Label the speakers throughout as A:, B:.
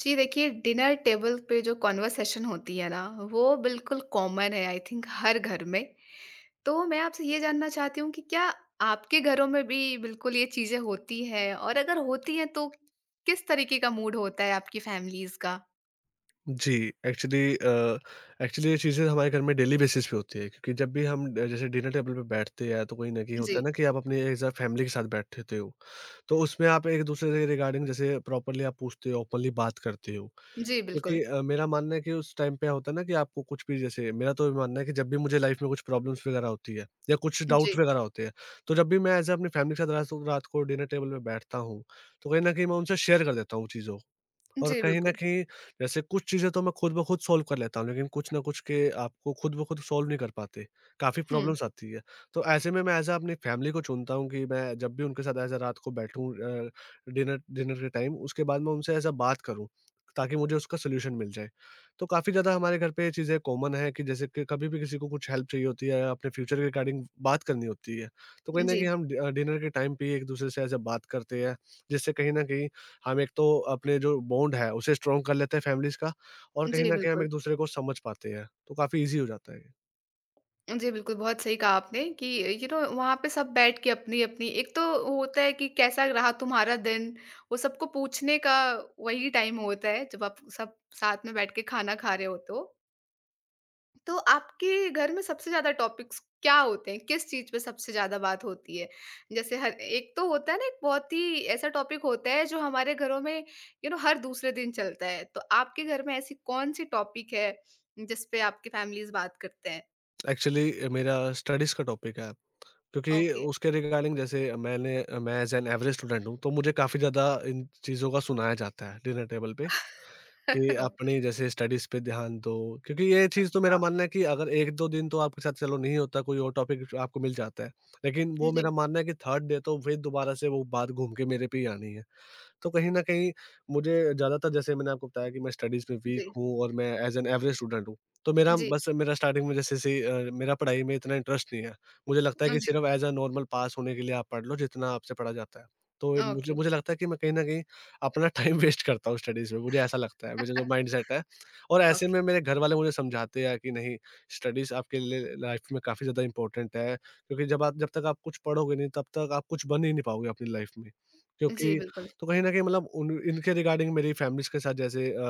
A: जी देखिए, dinner table पे जो कन्वर्सेशन होती है ना, वो बिल्कुल कॉमन है आई थिंक हर घर में। तो मैं आपसे ये जानना चाहती हूँ कि क्या आपके घरों में भी बिल्कुल ये चीज़ें होती हैं? और अगर होती हैं तो किस तरीके का मूड होता है आपकी फैमिलीज़ का?
B: जी, एक्चुअली अ, एक्चुअली ये चीज़ें हमारे घर में डेली बेसिस पे होती है, क्योंकि जब भी हम जैसे डिनर टेबल पे बैठते हैं, तो कहीं न कहीं होता
A: जी।
B: है ना कि आप अपने एक साथ फैमिली के साथ बैठते हो। तो उसमें आप एक-दूसरे के रिगार्डिंग जैसे प्रॉपर्ली आप पूछते हो, ओपनली बात करते हो।
A: जी, बिल्कुल।
B: क्योंकि मेरा मानना है कि उस टाइम पे होता है ना, कि आपको कुछ भी, जैसे मेरा तो मानना है कि जब भी मुझे लाइफ़ में कुछ प्रॉब्लम्स वगैरह होती है या कुछ
A: जी।
B: डाउट वगैरह होते हैं, तो जब भी मैं ऐसे अपनी फैमिली के साथ रात रात को डिनर टेबल पे बैठता हूँ, तो कहीं न कहीं मैं उनसे शेयर कर देता हूँ चीज़ों को। और
A: जी,
B: कहीं न
A: बिल्कुल।
B: कहीं जैसे कुछ चीज़ें तो मैं खुद ब खुद सॉल्व कर लेता हूँ, लेकिन कुछ ना कुछ के आपको खुद ब खुद सॉल्व नहीं कर पाते। काफ़ी
A: हुँ।
B: प्रॉब्लम्स आती है। तो ऐसे में मैं ऐज़ अ अपनी फ़ैमिली को चुनता हूँ कि मैं जब भी उनके साथ ऐज़ अ रात को बैठूँ, डिनर डिनर के टाइम, उसके बाद मैं उनसे ऐज़ अ बात करूँ, ताकि मुझे उसका सॉल्यूशन मिल जाए। तो काफ़ी ज़्यादा हमारे घर पे ये चीज़ें कॉमन हैं कि जैसे कि कभी भी किसी को कुछ हेल्प चाहिए होती है या अपने फ्यूचर के रिगार्डिंग बात करनी होती है, तो कहीं न
A: जी।
B: कहीं हम डिनर के टाइम पे ही एक-दूसरे से ऐज़ अ बात करते हैं, जिससे कहीं न कहीं हम एक तो अपने जो बॉन्ड है उसे स्ट्रॉन्ग कर लेते हैं फैमिलीज़ का, और कहीं
A: जी,
B: न कहीं हम
A: बिल्कुल।
B: एक-दूसरे को समझ पाते हैं, तो काफ़ी ईज़ी हो जाता है।
A: जी, बिल्कुल, बहुत सही कहा आपने कि यू नो वहाँ पे सब बैठ के अपनी-अपनी एक तो होता है कि कैसा रहा तुम्हारा दिन, वो सबको पूछने का वही टाइम होता है जब आप सब साथ में बैठ के खाना खा रहे होते हो। तो आपके घर में सबसे ज़्यादा टॉपिक्स क्या होते हैं? किस चीज़ पे सबसे ज़्यादा बात होती है? जैसे हर एक तो होता है ना एक बहुत ही ऐसा टॉपिक होता है जो हमारे घरों में यू नो हर दूसरे दिन चलता है। तो आपके घर में ऐसी कौन-सी टॉपिक है जिस पे आपकी फैमिलीज़ बात करते हैं?
B: एक्चुअली मेरा स्टडीज़ का टॉपिक है, क्योंकि
A: ओके।
B: उसके रिगार्डिंग जैसे मैंने मैं एज़ एन एवरेज स्टूडेंट हूँ, तो मुझे काफ़ी ज़्यादा इन चीज़ों का सुनाया जाता है डिनर टेबल पे कि अपनी जैसे स्टडीज़ पे ध्यान दो, क्योंकि ये चीज़ तो मेरा
A: अच्छा,
B: मानना है कि अगर 1-2 दिन तो आपके साथ चलो नहीं होता, कोई और टॉपिक आपको मिल जाता है। लेकिन
A: जी,
B: वो
A: जी,
B: मेरा मानना है कि 3rd डे तो फिर दोबारा से वो बात घूम के मेरे पे ही आनी है। तो कहीं न कहीं मुझे ज़्यादातर जैसे मैंने आपको बताया कि मैं स्टडीज़ में वीक
A: जी,
B: हूँ और मैं एज़ एन एवरेज स्टूडेंट हूँ। तो मेरा बस मेरा स्टार्टिंग में जैसे से मेरा पढ़ाई में इतना इंटरेस्ट नहीं है। मुझे लगता है कि
A: जी,
B: सिर्फ़ एज़ अ नॉर्मल पास होने के लिए आप पढ़ लो जितना आपसे पढ़ा जाता है। तो मुझे
A: ओके,
B: मुझे लगता है कि मैं कहीं न कहीं अपना टाइम वेस्ट करता हूँ स्टडीज़ में, मुझे ऐसा लगता है, मेरा जो माइंडसेट है। और ऐसे
A: ओके,
B: में मेरे घर वाले मुझे समझाते हैं कि नहीं, स्टडीज़ आपके लिए लाइफ़ में काफ़ी ज़्यादा इम्पोर्टेंट है, क्योंकि जब तक आप कुछ पढ़ोगे नहीं तब तक आप कुछ बन ही नहीं पाओगे अपनी लाइफ़ में।
A: जी,
B: क्योंकि
A: बिल्कुल।
B: तो कहीं न कहीं मतलब उन इनके रिगार्डिंग मेरी फैमिलीज़ के साथ जैसे अ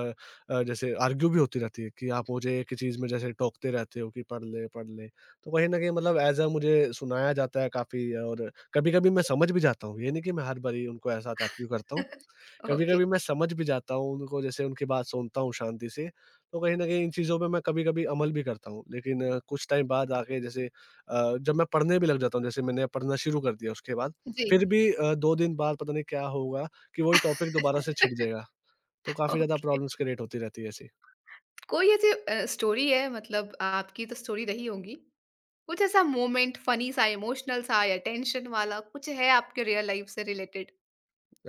B: अ, जैसे आर्ग्यू भी होती रहती है कि आप मुझे एक ही चीज़ में जैसे टोकते रहते हो कि पढ़ ले, पढ़ ले। तो कहीं न कहीं मतलब ऐज़ अ मुझे सुनाया जाता है काफ़ी, और कभी-कभी मैं समझ भी जाता हूँ। ये नहीं कि मैं हर बारी उनको ऐसा तार्किक करता हूँ।
A: ओके,
B: कभी-कभी मैं समझ भी जाता हूँ उनको, जैसे उनकी बात सुनता हूँ शांति से, तो कहीं न कहीं इन चीज़ों पे मैं कभी-कभी अमल भी करता हूँ। लेकिन कुछ टाइम बाद आके, जैसे जब मैं पढ़ने भी लग जाता हूँ, जैसे मैंने पढ़ना शुरू कर दिया उसके बाद,
A: जी।
B: फिर भी 2 दिन बाद पता नहीं क्या होगा, कि वही टॉपिक दोबारा से छिड़ जाएगा। तो काफ़ी ज़्यादा
A: ओके,
B: प्रॉब्लम्स क्रिएट होती रहती है ऐसी।
A: कोई ऐसी स्टोरी है मतलब आपकी तो स्टोरी रही होंगी, कुछ ऐसा मोमेंट फनी सा, इमोशनल सा या टेंशन वाला कुछ है आपके रियल लाइफ से रिलेटेड?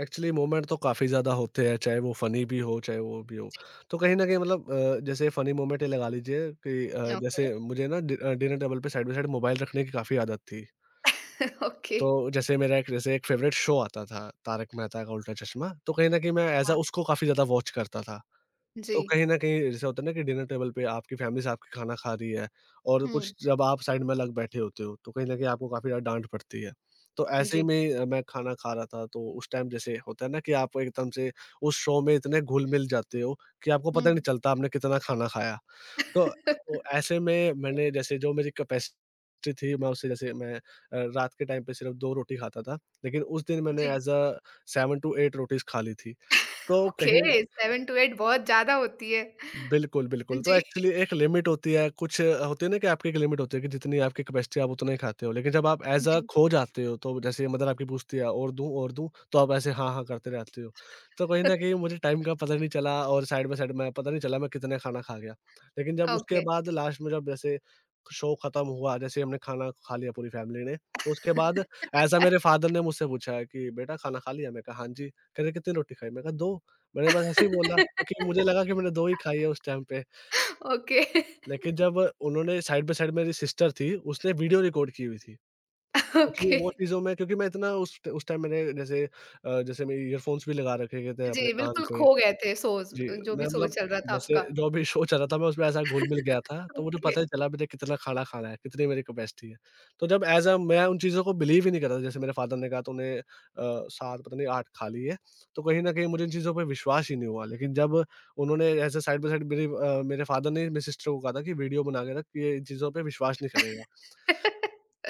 B: एक्चुअली मोमेंट तो काफ़ी ज़्यादा होते हैं, चाहे वो फ़नी भी हो, चाहे वो भी हो।
A: जी,
B: तो कहीं न कहीं मतलब जैसे फ़नी मोमेंट ये लगा लीजिए कि
A: ओके,
B: जैसे मुझे ना डिनर टेबल पे साइड बाय साइड मोबाइल रखने की काफ़ी आदत थी।
A: ओके,
B: तो जैसे मेरा एक जैसे एक फ़ेवरेट शो आता था, तारक मेहता का उल्टा चश्मा, तो कहीं न कहीं मैं ऐज़ अ
A: हाँ,
B: उसको काफ़ी ज़्यादा वॉच करता था।
A: जी,
B: तो कहीं न कहीं ऐसा होता है ना कि डिनर टेबल पे आपकी फ़ैमिली साथ के खाना खा रही है, और
A: हुँ,
B: कुछ जब आप साइड में अलग बैठे होते हो, तो कहीं न कहीं आपको काफ़ी ज़्यादा डाँट पड़ती है। तो ऐसे ही
A: जी,
B: में मैं खाना खा रहा था, तो उस टाइम जैसे होता है ना कि आप एकदम से उस शो में इतने घुल-मिल जाते हो कि आपको
A: हुँ।
B: पता नहीं चलता आपने कितना खाना खाया। तो
A: ओके,
B: तो ऐसे में मैंने, जैसे जो मेरी कैपेसिटी थी, मैं उससे जैसे मैं रात के टाइम पे सिर्फ़ 2 रोटी खाता था, लेकिन उस दिन मैंने
A: जी,
B: ऐज़ अ 7-8 रोटीज़ खा ली थी। तो कहीं
A: ओके। 7-8 बहुत ज़्यादा होती है।
B: बिल्कुल, बिल्कुल। तो
A: जी,
B: एक्चुअली एक लिमिट होती है, होती है ना कि आपकी एक लिमिट होती है कि जितनी आपकी कैपेसिटी आप उतना ही खाते हो। लेकिन जब आप एज़ अ
A: जी,
B: खो जाते हो, तो जैसे मदर आपकी पूछती है और दूँ, तो आप ऐसे हाँ, हाँ करते रहते हो। तो कहीं न कहीं मुझे टाइम का पता नहीं चला, और साइड बाय साइड में पता नहीं चला मैं कितना खाना खा गया। लेकिन जब उसके
A: ओके।
B: बाद लास्ट में, जब जैसे शो खत्म हुआ, जैसे हमने खाना खा लिया पूरी फैमिली ने, तो उसके बाद ऐसा मेरे फादर ने मुझसे पूछा है कि, "बेटा खाना खा लिया?" मैं कहा, "हाँ जी।" कह रहे, "कितनी रोटी खाई?" मैं कहा, "2।" मैंने बस ऐसे ही बोला, क्योंकि मुझे लगा कि मैंने 2 ही खाई है उस टाइम पे,
A: ओके,
B: लेकिन जब उन्होंने साइड बाय साइड, मेरी सिस्टर थी, उसने वीडियो रिकॉर्ड की हुई थी। क्योंकि
A: ओके।
B: वो चीज़ों में, क्योंकि मैं इतना उस टाइम मैंने जैसे मैं ईयरफ़ोन्स भी लगा रखे थे अपने
A: जी,
B: कान
A: बिल्कुल
B: पे।
A: खो गए थे सोज़
B: जी,
A: जो भी
B: मैं
A: शो
B: मतलब
A: चल रहा था
B: जैसे
A: आपका।
B: जो भी शो चल रहा था मैं उसमें ऐसा घुल-मिल गया था, तो मुझे
A: ओके।
B: पता ही चला मैंने कितना खाना खाना है, कितनी मेरी कैपेसिटी है। तो जब एज़ अ मैं उन चीज़ों को बिलीव ही नहीं कर रहा था, जैसे मेरे फ़ादर ने कहा तूने 7 पता नहीं 8 खा ली है, तो कहीं न कहीं मुझे इन चीज़ों पे विश्वास ही नहीं हुआ। लेकिन जब उन्होंने as a side by side मेरे फ़ादर ने मेरी सिस्टर को कहा था कि वीडियो बना के रख, ये इन चीज़ों पे विश्वास नहीं करेगा।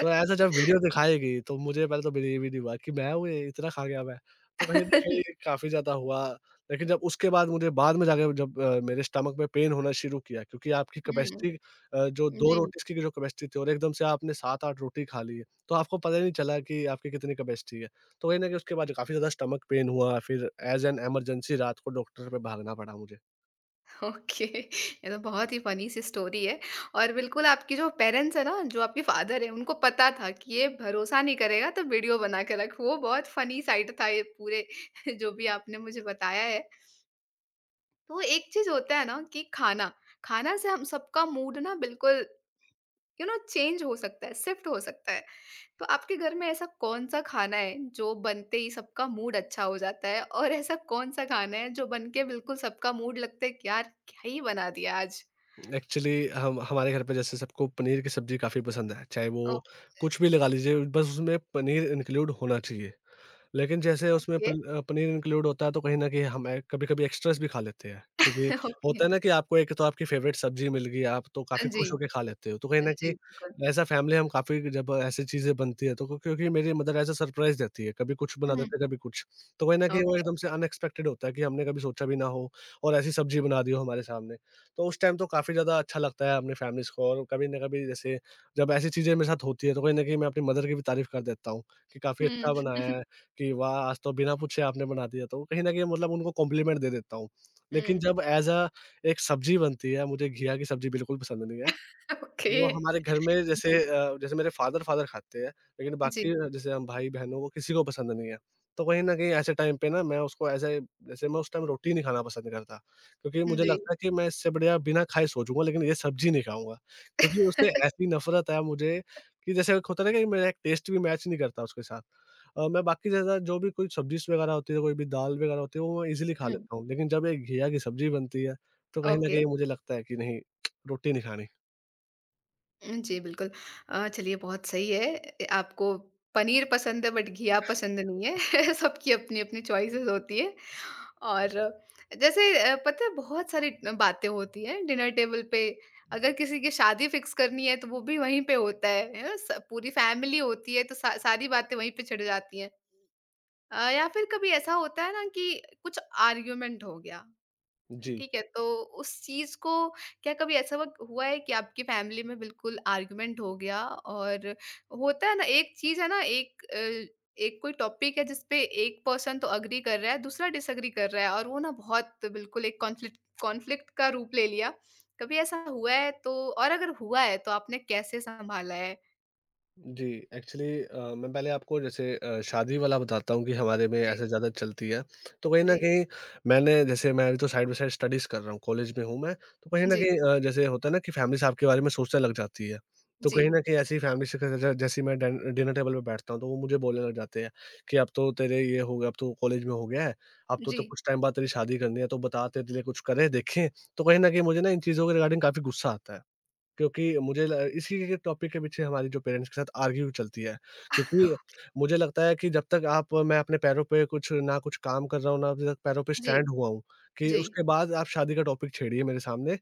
B: तो ऐसा जब वीडियो दिखाएगी, तो मुझे पहले तो बिलीव ही नहीं हुआ कि मैं हूँ ये, इतना खा गया मैं। तो कहीं न कहीं काफ़ी ज़्यादा हुआ, लेकिन जब उसके बाद मुझे बाद में जाके, जब मेरे स्टमक में पेन होना शुरू किया, क्योंकि आपकी
A: हुँ,
B: कैपेसिटी जो 2
A: जी,
B: रोटीज़ की जो कैपेसिटी थी, और एकदम से आपने 7-8 रोटी खा ली है, तो आपको पता ही नहीं चला कि आपकी कितनी कैपेसिटी है। तो कहीं न कहीं उसके बाद काफ़ी ज़्यादा स्टमक पेन हुआ, फिर एज़ एन इमरजेंसी रात को डॉक्टर पे भागना पड़ा मुझे।
A: ओके। ये तो बहुत ही फ़नी सी स्टोरी है और बिल्कुल आपके जो पेरेंट्स हैं ना, जो आपके फादर हैं, उनको पता था कि ये भरोसा नहीं करेगा तो वीडियो बना के रखो। वो बहुत फ़नी साइड था ये पूरे जो भी आपने मुझे बताया है। तो एक चीज़ होता है ना कि खाना से हम सबका मूड ना बिल्कुल यू नो चेंज हो सकता है, शिफ्ट हो सकता है। तो आपके घर में ऐसा कौन-सा खाना है जो बनते ही सबका मूड अच्छा हो जाता है? और ऐसा कौन-सा खाना है जो बन के बिल्कुल सबका मूड लगता है कि यार क्या ही बना दिया आज?
B: एक्चुअली हम हमारे घर पे जैसे सबको पनीर की सब्ज़ी काफ़ी पसंद है, चाहे
A: ओ
B: वो कुछ भी लगा लीजिए, बस उसमें पनीर इंक्लूड होना चाहिए। लेकिन जैसे उसमें
A: ओके,
B: पनीर इंक्लूड होता है, तो कहीं न कहीं हम ए कभी-कभी एक्स्ट्रास भी खा लेते हैं। क्योंकि
A: ओके।
B: होता है ना कि आपको एक तो आपकी फ़ेवरेट सब्ज़ी मिल गई, आप तो
A: हाँ
B: काफ़ी
A: जी,
B: खुश होके खा लेते हो। तो कहीं
A: हाँ
B: न
A: जी,
B: कहीं
A: बिल्कुल।
B: एज़ अ फ़ैमिली हम काफ़ी, जब ऐसी चीज़ें बनती है, तो क्योंकि मेरी मदर एज़ अ सरप्राइज़ देती है, कभी कुछ बना
A: हुँ,
B: देते हैं, कभी कुछ। तो कहीं न कहीं वो
A: ओके।
B: एकदम से अनएक्सपेक्टेड होता है कि हमने कभी सोचा भी ना हो और ऐसी सब्ज़ी बना दी हो हमारे सामने। तो उस टाइम तो काफ़ी ज़्यादा अच्छा लगता है अपनी फ़ैमिलीज़ को, और कभी न कभी, जैसे जब ऐसी चीज़ें मेरे साथ होती है तो कहीं न कहीं मैं अपनी मदर की भी तारीफ़ कर देता हूँ कि काफ़ी अच्छा
A: हुँ,
B: बनाया है। कि वाह! आज तो बिना पूछे आपने बना दिया, तो कहीं न कहीं मतलब उनको कॉम्प्लीमेंट दे देता हूँ। लेकिन
A: हुँ,
B: जब ऐज़ अ एक सब्ज़ी बनती है, मुझे घिया की सब्ज़ी बिल्कुल पसंद नहीं है।
A: ओके।
B: वो हमारे घर में जैसे
A: जी,
B: जैसे मेरे फादर फादर खाते हैं, लेकिन
A: जी,
B: बाकी जैसे हम भाई-बहन हो, वो किसी को पसंद नहीं है। तो कहीं न कहीं ऐसे टाइम पे ना मैं उसको ऐसे, जैसे मैं उस टाइम रोटी नहीं खाना पसंद करता, क्योंकि मुझे
A: जी।
B: लगता है कि मैं इससे बढ़िया बिना खाए सो जाऊँगा, लेकिन ये सब्ज़ी नहीं खाऊँगा। क्योंकि उससे ऐसी नफ़रत है मुझे कि जैसे एक होता है ना कि मेरा एक टेस्ट भी मैच नहीं करता उसके साथ। मैं बाकी ज़्यादा जो भी कोई सब्ज़ीज़ वगैरह होती है, कोई भी दाल वगैरह होती है, वो मैं ईज़िली खा
A: हुँ,
B: लेता हूँ, लेकिन जब एक घिया की सब्ज़ी बनती है, तो कहीं न
A: ओके।
B: कहीं मुझे लगता है कि नहीं, रोटी नहीं खानी।
A: जी, बिल्कुल। चलिए बहुत सही है। ए आपको पनीर पसंद है बट घिया पसंद नहीं है। सबकी अपनी-अपनी चॉइसेस होती है और जैसे पता है बहुत सारी बातें होती हैं डिनर टेबल पे। अगर किसी की शादी फिक्स करनी है तो वो भी वहीं पे होता है ना? स पूरी फैमिली होती है तो सा सारी बातें वहीं पे छिड़ जाती हैं। या फिर कभी ऐसा होता है ना कि कुछ आर्गुमेंट हो गया
B: जी।
A: ठीक है, तो उस चीज़ को क्या कभी ऐसा वक़्त हुआ है कि आपकी फैमिली में बिल्कुल आर्गुमेंट हो गया और होता है ना, एक चीज़ है ना, एक कोई टॉपिक है जिस पे एक पर्सन तो एग्री कर रहा है, दूसरा डिसएग्री कर रहा है और वो ना बहुत बिल्कुल एक कॉन्फ्लिक्ट कॉन्फ्लिक्ट का रूप ले लिया। कभी ऐसा हुआ है तो और अगर हुआ है तो आपने कैसे सँभाला है?
B: जी, एक्चुअली मैं पहले आपको जैसे शादी वाला बताता हूँ कि हमारे में
A: जी,
B: ऐसे ज़्यादा चलती है। तो कहीं न
A: जी,
B: कहीं मैंने जैसे मैं अभी तो साइड बाय साइड स्टडीज़ कर रहा हूँ, कॉलेज में हूँ मैं। तो कहीं न
A: जी,
B: कहीं जैसे होता है ना कि फैमिलीज़ आपके बारे में सोचने लग जाती है। तो
A: जी,
B: कहीं न कहीं ऐसी फैमिली से ज जैसे ही मैं डन डिनर टेबल पे बैठता हूँ, तो वो मुझे बोलने लग जाते हैं कि अब तो तेरे ये हो गया, अब तो कॉलेज में हो गया है, अब तो
A: जी,
B: कुछ टाइम बाद तेरी शादी करनी है, तो बता तेरे लिए कुछ करें, देखें। तो कहीं न कहीं मुझे ना इन चीज़ों के रिगार्डिंग काफ़ी गुस्सा आता है। क्योंकि मुझे ल इसी के टॉपिक के पीछे हमारी जो पेरेंट्स के साथ आर्ग्यू चलती है। क्योंकि मुझे लगता है कि जब तक आप मैं अपने पैरों पे कुछ ना कुछ काम कर रहा हूँ, ना अभी तक पैरों पे
A: जी,
B: स्टैंड हुआ हूँ, कि
A: जी,
B: उसके बाद आप शादी का टॉपिक छेड़िए मेरे सामने।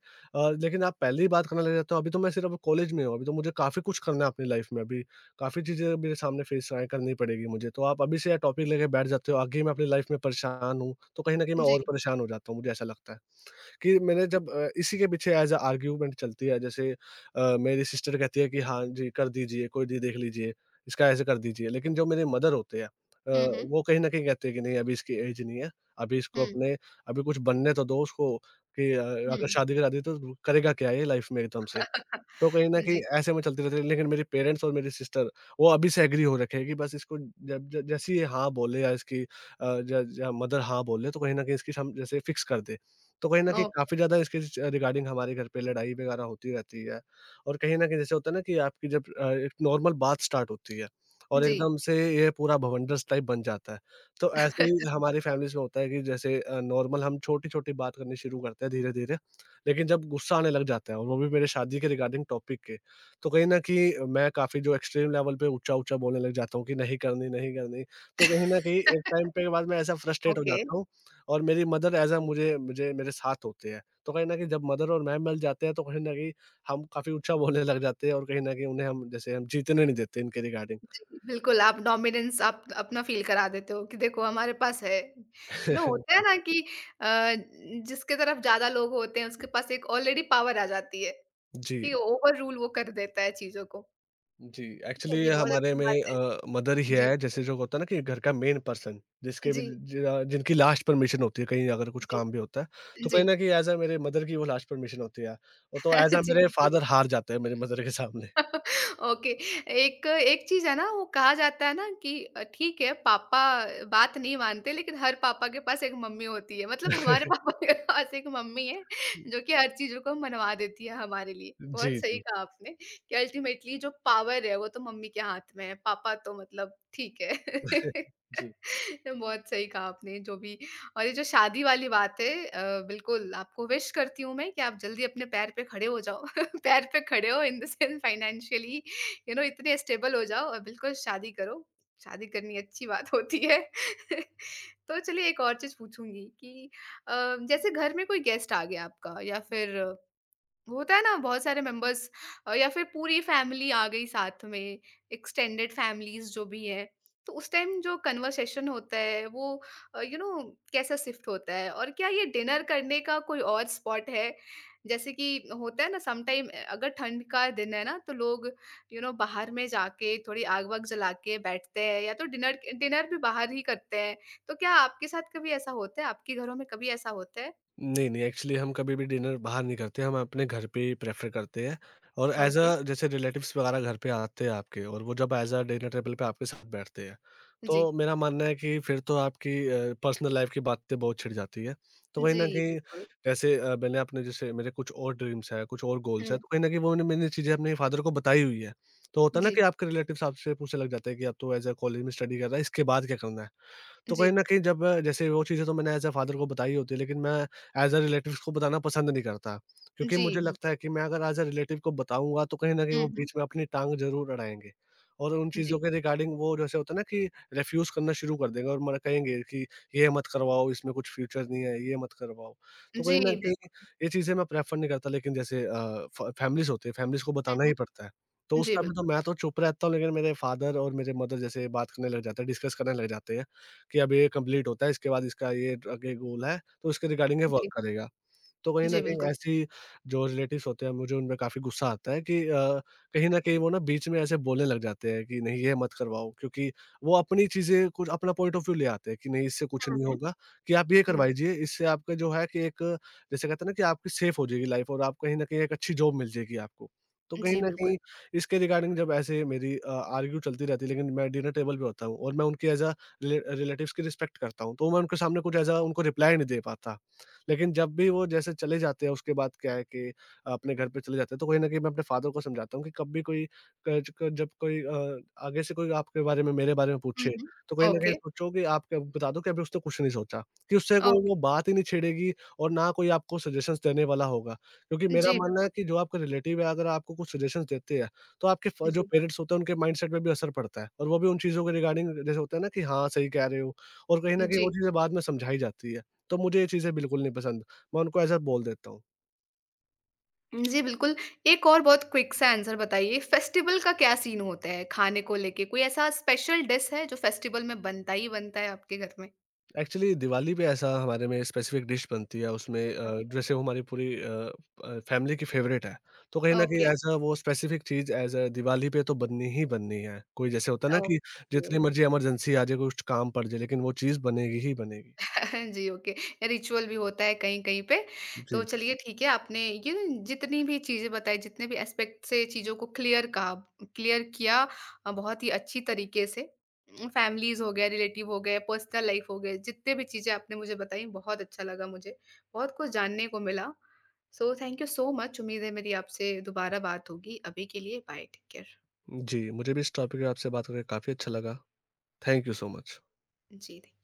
B: लेकिन आप पहले ही बात करने लग जाते हो, अभी तो मैं सिर्फ कॉलेज में हूँ, अभी तो मुझे काफ़ी कुछ करना है अपनी लाइफ़ में अभी। काफ़ी चीज़ें मेरे सामने फेस आएँ करनी पड़ेगी मुझे, तो आप अभी से टॉपिक लेके बैठ जाते हो, आगे मैं अपनी लाइफ़ में परेशान हूँ, तो कहीं न कहीं मैं और
A: जी।
B: परेशान हो जाता हूँ, मुझे ऐसा लगता है। कि मैंने जब इसी के पीछे एज़ अ आर्ग्यूमेंट चलती है, जैसे मेरी सिस्टर कहती है कि हाँ जी, कर दीजिए, कोई दी देख लीजिए, इसका ऐसे कर दीजिए। लेकिन जो मेरे मदर होते हैं
A: हुँ, हुँ,
B: वो कहीं न कहीं कहते हैं कि नहीं, अभी इसकी एज नहीं है, अभी इसको
A: हुँ,
B: अपने, अभी कुछ बनने तो दो उसको कि अगर
A: हुँ।
B: शादी करा दी तो करेगा क्या ये लाइफ़ में एकदम से?
A: हाँ,
B: तो कहीं न कहीं
A: जी,
B: ऐसे में चलती रहती है, लेकिन मेरे पेरेंट्स और मेरी सिस्टर वो अभी से एग्री हो रखे हैं कि बस इसको जब ज जैसे ही ये हाँ बोले या इसकी ज ज मदर हाँ बोले तो कहीं न कहीं इसकी हम जैसे फ़िक्स कर दें। तो कहीं न कहीं
A: ओह!
B: काफ़ी ज़्यादा इसके ज रिगार्डिंग हमारे घर पे लड़ाई वगैरह होती रहती है और कहीं न कहीं जैसे होता है ना कि आपकी जब एक नॉर्मल बात स्टार्ट होती है और
A: जी।
B: एकदम से ये पूरा भवंडर्स टाइप बन जाता है। तो ऐसे ही हमारी फैमिलीज़ में होता है कि जैसे नॉर्मल हम छोटी-छोटी बात करनी शुरू करते हैं धीरे-धीरे, लेकिन जब गुस्सा आने लग जाता है और वो भी मेरे शादी के रिगार्डिंग टॉपिक के, तो कहीं न कहीं मैं काफ़ी, जो एक्सट्रीम लेवल पे ऊँचा-ऊँचा बोलने लग जाता हूँ कि नहीं करनी, नहीं करनी। तो कहीं न कहीं एक टाइम पे के बाद मैं ऐसा फ्रस्ट्रेट हो
A: ओके,
B: जाता हूँ और मेरी मदर ऐज़ अ मुझे मुझे मेरे साथ होते हैं। तो कहीं न कहीं जब मदर और मैं मिल जाते हैं तो कहीं न कहीं हम काफ़ी ऊँचा बोलने लग जाते हैं और कहीं न कहीं उन्हें हम जीतने नहीं देते इनके रिगार्डिंग।
A: जी, बिल्कुल आप डोमिनेंस आप अपना फ़ील करा देते हो कि देखो हमारे पास है। यू नो होता है
B: जी।
A: ना कि अ, जिसके तरफ ज़्यादा लोग होते हैं उसके पास एक ऑलरेडी पावर आ जाती है। ठीक
B: जी।
A: है, ओवर रूल वो कर देता है चीज़ों को।
B: जी, एक्चुअली
A: चलिए बहुत
B: हमारे
A: अच्छी
B: में
A: बात है।
B: मदर ही
A: जी,
B: है, जैसे जो होता है ना कि घर का मेन पर्सन, जिसके भी
A: जी,
B: ज जिनकी लास्ट परमिशन होती है, कहीं अगर कुछ
A: जी,
B: काम भी होता है, तो
A: जी।
B: कहीं न कहीं ऐज़ अ मेरे मदर की वो लास्ट परमिशन होती है। वो तो ऐज़ अ
A: जी,
B: मेरे
A: बिल्कुल।
B: फादर हार जाते हैं मेरे मदर के सामने।
A: ओके एक एक चीज़ है ना वो कहा जाता है ना कि ठीक है पापा बात नहीं मानते लेकिन हर पापा के पास एक मम्मी होती है मतलब हमारे पापा के पास एक मम्मी है जो कि हर चीज़ों को मनवा देती है हमारे लिए बहुत
B: जी,
A: सही
B: जी।
A: कहा आपने कि अल्टीमेटली जो पावर है वो तो मम्मी के हाथ में है पापा तो मतलब ठीक है
B: जी।
A: बहुत सही कहा आपने जो भी और ये जो शादी वाली बात है बिल्कुल आपको विश करती हूँ मैं कि आप जल्दी अपने पैर पे खड़े हो जाओ पैर पे खड़े हो in the sense financially you know इतने स्टेबल हो जाओ और बिल्कुल शादी करो शादी करनी अच्छी बात होती है तो चलिए एक और चीज़ पूछूँगी कि अ, जैसे घर में कोई गेस्ट आ गया आपका या फिर होता है ना बहुत सारे मेंबर्स या फिर पूरी फैमिली आ गई साथ में एक्सटेंडेड फैमिलीज जो भी है तो उस टाइम जो कन्वर्सेशन होता है वो यू नो कैसा शिफ्ट होता है और क्या ये डिनर करने का कोई और स्पॉट है जैसे कि होता है ना समटाइम अगर ठंड का दिन है ना तो लोग यू नो बाहर में जाके थोड़ी आग वाग जला के बैठते हैं या तो डिनर डिनर भी बाहर ही करते हैं तो क्या आपके साथ कभी ऐसा होता है आपके घरों में कभी ऐसा होता है
B: नहीं, नहीं, एक्चुअली हम कभी भी डिनर बाहर नहीं करते, हम अपने घर पे ही प्रेफ़र करते हैं। और एज़
A: ओके
B: अ जैसे रिलेटिव्स वगैरह घर पे आते हैं आपके, और वो जब एज़ अ डिनर टेबल पे आपके साथ बैठते हैं,
A: जी
B: तो मेरा मानना है कि फिर तो आपकी पर्सनल लाइफ़ की बातें बहुत छिड़ जाती है। तो कहीं न
A: जी
B: कहीं,
A: बिल्कुल
B: जैसे मैंने अपने, जैसे मेरे कुछ और ड्रीम्स हैं, कुछ और गोल्स हैं, तो कहीं न कहीं वो मैंने मैंने चीज़ें अपने फादर को बताई हुई है। तो होता है ना कि
A: जी,
B: आपके रिलेटिव्स आपसे पूछने लग जाते हैं कि अब तो एज़ अ कॉलेज में स्टडी कर रहा है, इसके बाद क्या करना है? तो
A: जी,
B: कहीं न कहीं जब जैसे वो चीज़ें तो मैंने एज़ अ फ़ादर को बताई होती है, लेकिन मैं एज़ अ रिलेटिव्स को बताना पसंद नहीं करता, क्योंकि
A: जी,
B: मुझे लगता
A: बिल्कुल।
B: है कि मैं अगर एज़ अ रिलेटिव को बताऊँगा तो कहीं न कहीं
A: हुँ,
B: वो
A: हुँ,
B: बीच में अपनी टाँग ज़रूर अड़ाएँगे, और उन
A: जी,
B: चीज़ों के रिगार्डिंग वो, जैसे होता है ना कि रिफ्यूज़ करना शुरू कर देंगे और मना कहेंगे कि ये मत करवाओ, इसमें कुछ फ्यूचर नहीं है, ये मत करवाओ। तो कहीं न
A: जी,
B: कहीं
A: बिल्कुल,
B: ये चीज़ें मैं प्रेफ़र नहीं करता, लेकिन जैसे फ फैमिलीज़ होती है, फैमिलीज़ को बताना
A: हुँ,
B: ही पड़ता है। तो
A: हुँ,
B: उस
A: जी,
B: समय तो
A: बिल्कुल,
B: मैं तो चुप रहता हूँ, लेकिन मेरे फ़ादर और मेरे मदर जैसे बात करने लग जाते हैं, डिस्कस करने लग जाते हैं। कि अब ये कंप्लीट होता है, इसके बाद इसका ये आगे गोल है, तो इसके रिगार्डिंग ये वर्क
A: जी,
B: करेगा। तो कहीं न
A: जी,
B: कहीं
A: बिल्कुल।
B: ऐसी जो रिलेटिव्स होते हैं, मुझे उनमें काफ़ी गुस्सा आता है कि कहीं न कहीं वो ना बीच में ऐसे बोलने लग जाते हैं कि नहीं, ये मत करवाओ, क्योंकि वो अपनी चीज़ें, कुछ अपना पॉइंट ऑफ व्यू ले आते हैं कि नहीं, इससे कुछ
A: हुँ,
B: नहीं
A: हुँ,
B: होगा, कि आप ये
A: हुँ,
B: करवाइए, इससे आपका जो है कि एक, जैसे कहते हैं ना कि आपकी सेफ हो जाएगी लाइफ़ और आप कहीं न कहीं एक अच्छी जॉब मिल जाएगी आपको। तो कहीं
A: जी,
B: न
A: बिल्कुल।
B: कहीं इसके रिगार्डिंग जब ऐसे मेरी आर्ग्यू चलती रहती है, लेकिन मैं डिनर टेबल पे होता हूँ और मैं उनकी एज़ अ रिलेटिव्स की रिस्पेक्ट करता हूँ, तो मैं उनके सामने कुछ एज़ अ उनको रिप्लाई नहीं दे पाता। लेकिन जब भी वो जैसे चले जाते हैं, उसके बाद क्या है कि अपने घर पे चले जाते हैं, तो कहीं न कहीं मैं अपने फ़ादर को समझाता हूँ कि कभी कोई, क क जब कोई आगे से कोई आपके बारे में मेरे बारे में
A: हुँ,
B: पूछे,
A: हुँ,
B: तो कहीं न कहीं
A: ओके,
B: सोचो कि आप क्या बता दो कि अभी उसने कुछ नहीं सोचा, कि उससे कोई
A: ओके,
B: वो बात ही नहीं छेड़ेगी और ना कोई आपको सजेशंस देने वाला होगा। क्योंकि मेरा
A: जी,
B: मानना है
A: बिल्कुल,
B: कि जो आपके रिलेटिव है, अगर आपको कुछ सजेशंस देते हैं, तो आपके फ जो
A: जी,
B: पेरेंट्स होते हैं उनके माइंडसेट में भी असर पड़ता है, और वो भी उन चीज़ों के रिगार्डिंग, जैसे होता है ना कि हाँ, सही कह रहे हो, और कहीं न कहीं वो
A: जी।
B: चीज़ें बाद में समझाई जाती है। तो मुझे ये चीज़ें बिल्कुल नहीं पसंद। मैं उनको ऐसा बोल देता हूँ।
A: जी, बिल्कुल, एक और बहुत क्विक सा आंसर बताइए, फेस्टिवल का क्या सीन होता है खाने को लेके? कोई ऐसा स्पेशल डिश है जो फेस्टिवल में बनता ही बनता है आपके घर में?
B: एक्चुअली दिवाली पे ऐसा हमारे में स्पेसिफ़िक डिश बनती है, उसमें
A: ओके,
B: जैसे वो हमारी पूरी फैमिली की फ़ेवरेट है। तो कहीं न कहीं
A: ओके,
B: ऐज़ अ वो स्पेसिफ़िक चीज़ ऐज़ अ दिवाली पे तो बननी ही बननी है। कोई, जैसे होता है ना कि
A: ओके।
B: जितनी मर्ज़ी इमरजेंसी आ जाए, कुछ काम पड़ जाए, लेकिन वो चीज़ बनेगी ही बनेगी।
A: जी, ओके। रिचुअल भी होता है कहीं-कहीं पे। तो
B: जी।
A: चलिए ठीक है, आपने ये न जितनी भी चीज़ें बताई, जितने भी एस्पेक्ट से चीज़ों को क्लियर किया बहुत ही अच्छी तरीके से। फैमिलीज़ हो गए, रिलेटिव हो गए, पर्सनल लाइफ हो गए, जितने भी चीज़ें आपने मुझे बताई, बहुत अच्छा लगा मुझे। बहुत कुछ जानने को मिला। So thank you so much. उम्मीद है मेरी आपसे दोबारा बात होगी। अभी के लिए बाय, टेक केयर।
B: जी, मुझे भी इस टॉपिक पे आपसे बात करके काफ़ी अच्छा लगा। Thank you so much.
A: जी, थैंक